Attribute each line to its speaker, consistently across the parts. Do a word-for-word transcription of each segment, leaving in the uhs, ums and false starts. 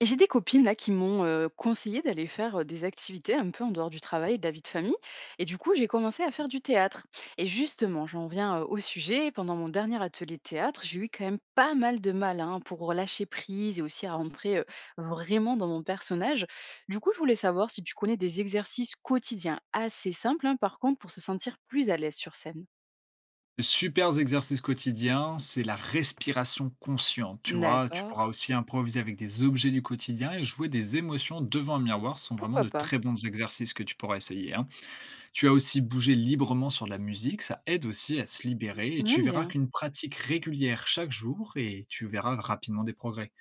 Speaker 1: Et j'ai des copines là qui m'ont euh, conseillé d'aller faire euh, des activités un peu en dehors du travail et de la vie de famille. Et du coup, j'ai commencé à faire du théâtre. Et justement, j'en viens euh, au sujet. Pendant mon dernier atelier de théâtre, j'ai eu quand même pas mal de mal hein, pour relâcher prise et aussi à rentrer euh, vraiment dans mon personnage. Du coup, je voulais savoir si tu connais des exercices quotidiens assez simples, hein, par contre, pour se sentir plus à l'aise sur scène.
Speaker 2: Super exercice quotidien, c'est la respiration consciente, tu vois? Tu
Speaker 1: D'accord.
Speaker 2: pourras aussi improviser avec des objets du quotidien et jouer des émotions devant un miroir. Ce sont vraiment
Speaker 1: Pourquoi
Speaker 2: de
Speaker 1: pas.
Speaker 2: très bons exercices que tu pourras essayer, hein. Tu as aussi bougé librement sur de la musique, ça aide aussi à se libérer et tu
Speaker 1: J'aime
Speaker 2: verras
Speaker 1: bien.
Speaker 2: qu'une pratique régulière chaque jour et tu verras rapidement des progrès.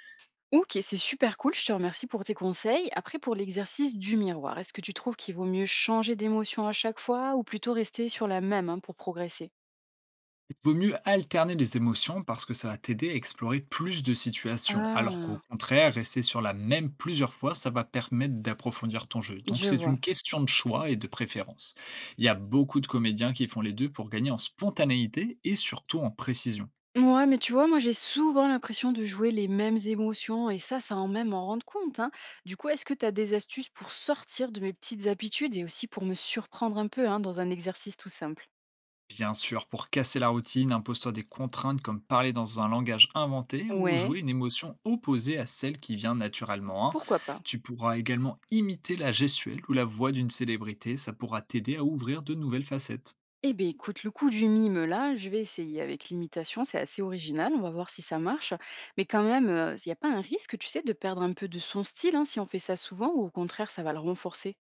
Speaker 1: OK, c'est super cool, je te remercie pour tes conseils. Après, pour l'exercice du miroir, est-ce que tu trouves qu'il vaut mieux changer d'émotion à chaque fois ou plutôt rester sur la même hein, pour progresser?
Speaker 2: Il vaut mieux alterner les émotions parce que ça va t'aider à explorer plus de situations, alors qu'au
Speaker 1: Ah,
Speaker 2: contraire, rester sur la même plusieurs fois, ça va permettre d'approfondir ton jeu. Donc
Speaker 1: je
Speaker 2: c'est
Speaker 1: vois.
Speaker 2: une question de choix et de préférence. Il y a beaucoup de comédiens qui font les deux pour gagner en spontanéité et surtout en précision.
Speaker 1: Ouais, mais tu vois, moi j'ai souvent l'impression de jouer les mêmes émotions et ça, ça en même en rendre compte, hein. Du coup, est-ce que tu as des astuces pour sortir de mes petites habitudes et aussi pour me surprendre un peu hein, dans un exercice tout simple?
Speaker 2: Bien sûr, pour casser la routine, impose-toi des contraintes comme parler dans un langage inventé ou
Speaker 1: Ouais,
Speaker 2: jouer une émotion opposée à celle qui vient naturellement, hein.
Speaker 1: pourquoi pas?
Speaker 2: Tu pourras également imiter la gestuelle ou la voix d'une célébrité, ça pourra t'aider à ouvrir de nouvelles facettes.
Speaker 1: Eh beh, écoute, le coup du mime là, je vais essayer avec l'imitation, c'est assez original, on va voir si ça marche. Mais quand même, il y a pas un risque, tu sais, de perdre un peu de son style, hein, si on fait ça souvent ou au contraire, ça va le renforcer?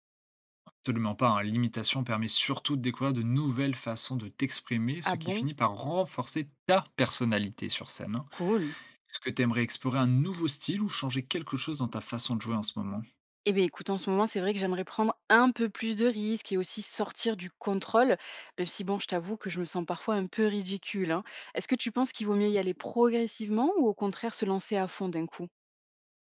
Speaker 2: Absolument pas, hein, l'imitation permet surtout de découvrir de nouvelles façons de t'exprimer, ce
Speaker 1: Ah
Speaker 2: qui
Speaker 1: bon?
Speaker 2: finit par renforcer ta personnalité sur scène, hein.
Speaker 1: Cool.
Speaker 2: Est-ce que tu aimerais explorer un nouveau style ou changer quelque chose dans ta façon de jouer en ce moment?
Speaker 1: Eh beh, écoute, en ce moment, c'est vrai que j'aimerais prendre un peu plus de risques et aussi sortir du contrôle, même si bon, je t'avoue que je me sens parfois un peu ridicule, hein. Est-ce que tu penses qu'il vaut mieux y aller progressivement ou au contraire se lancer à fond d'un coup?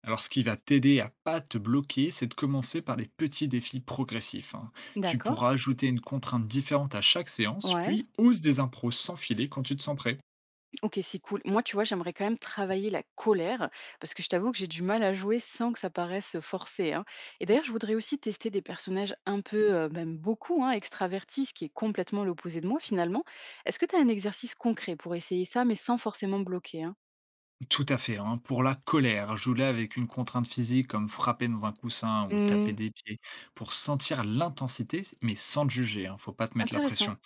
Speaker 2: Alors, ce qui va t'aider à pas te bloquer, c'est de commencer par des petits défis progressifs, hein. Tu
Speaker 1: D'accord.
Speaker 2: pourras ajouter une contrainte différente à chaque séance,
Speaker 1: Ouais.
Speaker 2: puis ose des impros sans filer quand tu te sens prêt.
Speaker 1: OK, c'est cool. Moi, tu vois, j'aimerais quand même travailler la colère, parce que je t'avoue que j'ai du mal à jouer sans que ça paraisse euh, forcé, hein. Et d'ailleurs, je voudrais aussi tester des personnages un peu, euh, même beaucoup, hein, extravertis, ce qui est complètement l'opposé de moi finalement. Est-ce que tu as un exercice concret pour essayer ça, mais sans forcément bloquer hein?
Speaker 2: Tout à fait, hein. Pour la colère, jouer avec une contrainte physique comme frapper dans un coussin ou taper
Speaker 1: Hmm.
Speaker 2: des pieds pour sentir l'intensité, mais sans te juger, hein. Faut pas te mettre la
Speaker 1: Intéressant.
Speaker 2: pression.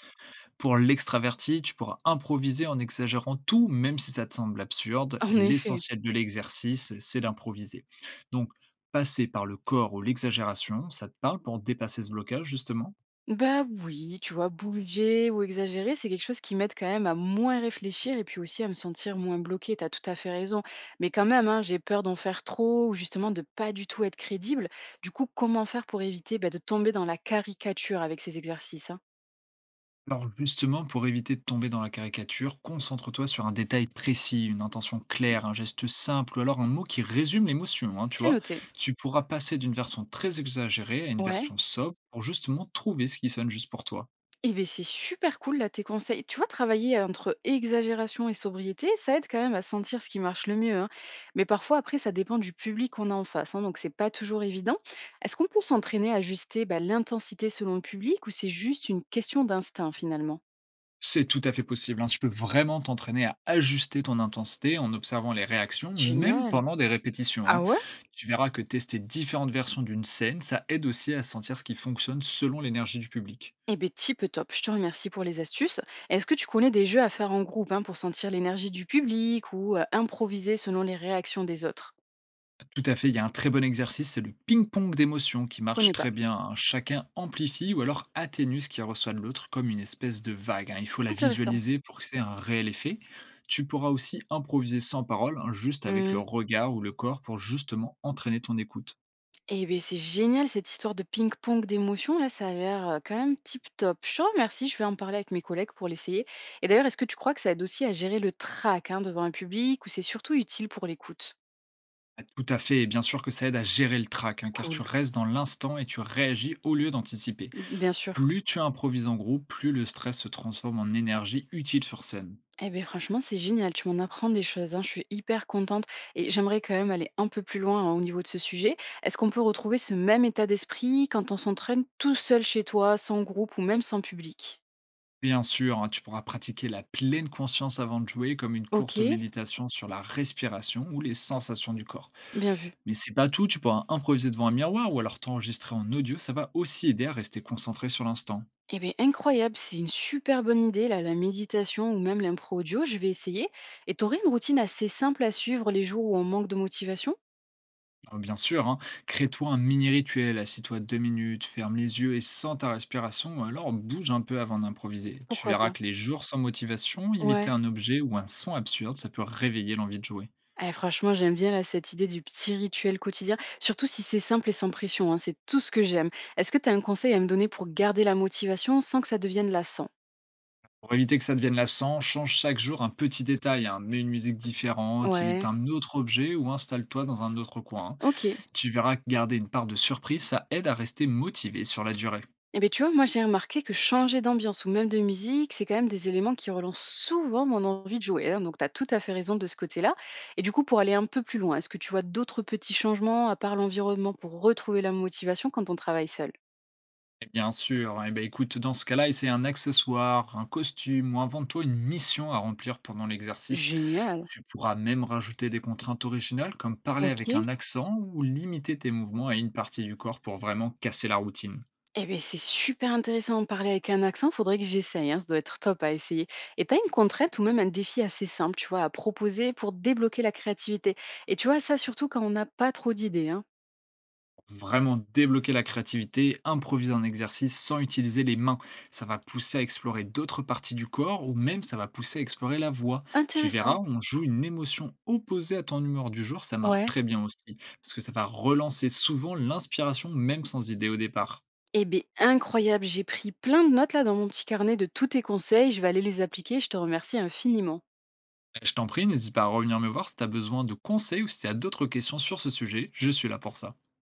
Speaker 2: Pour l'extraverti, tu pourras improviser en exagérant tout, même si ça te semble absurde.
Speaker 1: En effet.
Speaker 2: L'essentiel de l'exercice, c'est d'improviser. Donc, passer par le corps ou l'exagération, ça te parle pour dépasser ce blocage, justement?
Speaker 1: Bah, oui, tu vois, bouger ou exagérer, c'est quelque chose qui m'aide quand même à moins réfléchir et puis aussi à me sentir moins bloquée. T'as tout à fait raison. Mais quand même, hein, j'ai peur d'en faire trop ou justement de pas du tout être crédible. Du coup, comment faire pour éviter bah, de tomber dans la caricature avec ces exercices hein?
Speaker 2: Alors, justement, pour éviter de tomber dans la caricature, concentre-toi sur un détail précis, une intention claire, un geste simple, ou alors un mot qui résume l'émotion, hein, tu
Speaker 1: C'est
Speaker 2: vois.
Speaker 1: noté.
Speaker 2: Tu pourras passer d'une version très exagérée à une
Speaker 1: Ouais.
Speaker 2: version sobre pour justement trouver ce qui sonne juste pour toi.
Speaker 1: Eh beh, c'est super cool là tes conseils. Tu vois, travailler entre exagération et sobriété, ça aide quand même à sentir ce qui marche le mieux, hein. Mais parfois, après, ça dépend du public qu'on a en face, hein, donc c'est pas toujours évident. Est-ce qu'on peut s'entraîner à ajuster bah, l'intensité selon le public ou c'est juste une question d'instinct finalement?
Speaker 2: C'est tout à fait possible, hein. Tu peux vraiment t'entraîner à ajuster ton intensité en observant les réactions, même
Speaker 1: Génial.
Speaker 2: pendant des répétitions, hein.
Speaker 1: Ah ouais.
Speaker 2: Tu verras que tester différentes versions d'une scène, ça aide aussi à sentir ce qui fonctionne selon l'énergie du public.
Speaker 1: Eh bien, type top. Je te remercie pour les astuces. Est-ce que tu connais des jeux à faire en groupe hein, pour sentir l'énergie du public ou euh, improviser selon les réactions des autres?
Speaker 2: Tout à fait, il y a un très bon exercice, c'est le ping-pong d'émotions qui marche
Speaker 1: Connais pas.
Speaker 2: très bien, hein. Chacun amplifie ou alors atténue ce qu'il reçoit de l'autre comme une espèce de vague, hein. Il faut la
Speaker 1: Intéressant.
Speaker 2: visualiser pour que c'est un réel effet. Tu pourras aussi improviser sans parole, hein, juste avec le
Speaker 1: Hmm.
Speaker 2: regard ou le corps pour justement entraîner ton écoute.
Speaker 1: Eh beh, c'est génial cette histoire de ping-pong d'émotions là, ça a l'air, heu, quand même tip top. Je te remercie, je vais en parler avec mes collègues pour l'essayer, et d'ailleurs, est-ce que tu crois que ça aide aussi à gérer le trac, hein, devant un public ou c'est surtout utile pour l'écoute?
Speaker 2: Ah, tout à fait, et bien sûr que ça aide à gérer le trac, hein, car tu
Speaker 1: Cool.
Speaker 2: restes dans l'instant et tu réagis au lieu d'anticiper.
Speaker 1: Mmh, bien sûr.
Speaker 2: Plus tu improvises en groupe, plus le stress se transforme en énergie utile sur scène.
Speaker 1: Eh beh, franchement, c'est génial, tu m'en apprends des choses, hein, je suis hyper contente et j'aimerais quand même aller un peu plus loin, hein, au niveau de ce sujet. Est-ce qu'on peut retrouver ce même état d'esprit quand on s'entraîne tout seul chez toi, sans groupe ou même sans public?
Speaker 2: Bien sûr, hein, tu pourras pratiquer la pleine conscience avant de jouer, comme une courte
Speaker 1: OK,
Speaker 2: méditation sur la respiration ou les sensations du corps.
Speaker 1: bien vu.
Speaker 2: Mais c'est pas tout, tu pourras improviser devant un miroir ou alors t'enregistrer en audio, ça va aussi aider à rester concentré sur l'instant.
Speaker 1: Eh bien, incroyable, c'est une super bonne idée, là, la méditation ou même l'impro audio, je vais essayer. Et t'aurais une routine assez simple à suivre les jours où on manque de motivation?
Speaker 2: Ah, bien sûr, hein. Crée-toi un mini rituel, assis-toi deux minutes, ferme les yeux et sens ta respiration, ou alors bouge un peu avant d'improviser. Tu
Speaker 1: Pourquoi
Speaker 2: verras
Speaker 1: pas?
Speaker 2: que les jours sans motivation, imiter
Speaker 1: Ouais.
Speaker 2: un objet ou un son absurde, ça peut réveiller l'envie de jouer.
Speaker 1: Eh, franchement, j'aime bien là, cette idée du petit rituel quotidien, surtout si c'est simple et sans pression, hein, c'est tout ce que j'aime. Est-ce que tu as un conseil à me donner pour garder la motivation sans que ça devienne lassant?
Speaker 2: Pour éviter que ça devienne lassant, change chaque jour un petit détail, hein. Mets une musique différente, imite
Speaker 1: Ouais,
Speaker 2: un autre objet ou installe-toi dans un autre coin, hein.
Speaker 1: ok.
Speaker 2: Tu verras que garder une part de surprise, ça aide à rester motivé sur la durée.
Speaker 1: Eh beh, tu vois, moi, j'ai remarqué que changer d'ambiance ou même de musique, c'est quand même des éléments qui relancent souvent mon envie de jouer, hein, donc tu as tout à fait raison de ce côté-là. Et du coup, pour aller un peu plus loin, est-ce que tu vois d'autres petits changements à part l'environnement pour retrouver la motivation quand on travaille seul?
Speaker 2: Et bien sûr, eh ben écoute, dans ce cas-là, essaie un accessoire, un costume ou invente-toi une mission à remplir pendant l'exercice.
Speaker 1: Génial.
Speaker 2: Tu pourras même rajouter des contraintes originales comme parler
Speaker 1: Ok.
Speaker 2: avec un accent ou limiter tes mouvements à une partie du corps pour vraiment casser la routine.
Speaker 1: Eh bien, c'est super intéressant d'en parler avec un accent. Faudrait que j'essaye, hein. Ça doit être top à essayer. Et tu as une contrainte ou même un défi assez simple, tu vois, à proposer pour débloquer la créativité. Et tu vois, ça surtout quand on n'a pas trop d'idées, hein.
Speaker 2: Vraiment débloquer la créativité, improviser un exercice sans utiliser les mains. Ça va pousser à explorer d'autres parties du corps ou même ça va pousser à explorer la voix. Tu verras,
Speaker 1: Intéressant.
Speaker 2: on joue une émotion opposée à ton humeur du jour, ça marche
Speaker 1: Ouais.
Speaker 2: très bien aussi, parce que ça va relancer souvent l'inspiration même sans idée au départ.
Speaker 1: Eh beh, incroyable, j'ai pris plein de notes là dans mon petit carnet de tous tes conseils, je vais aller les appliquer, je te remercie infiniment.
Speaker 2: Je t'en prie, n'hésite pas à revenir me voir si tu as besoin de conseils ou si tu as d'autres questions sur ce sujet, je suis là pour ça.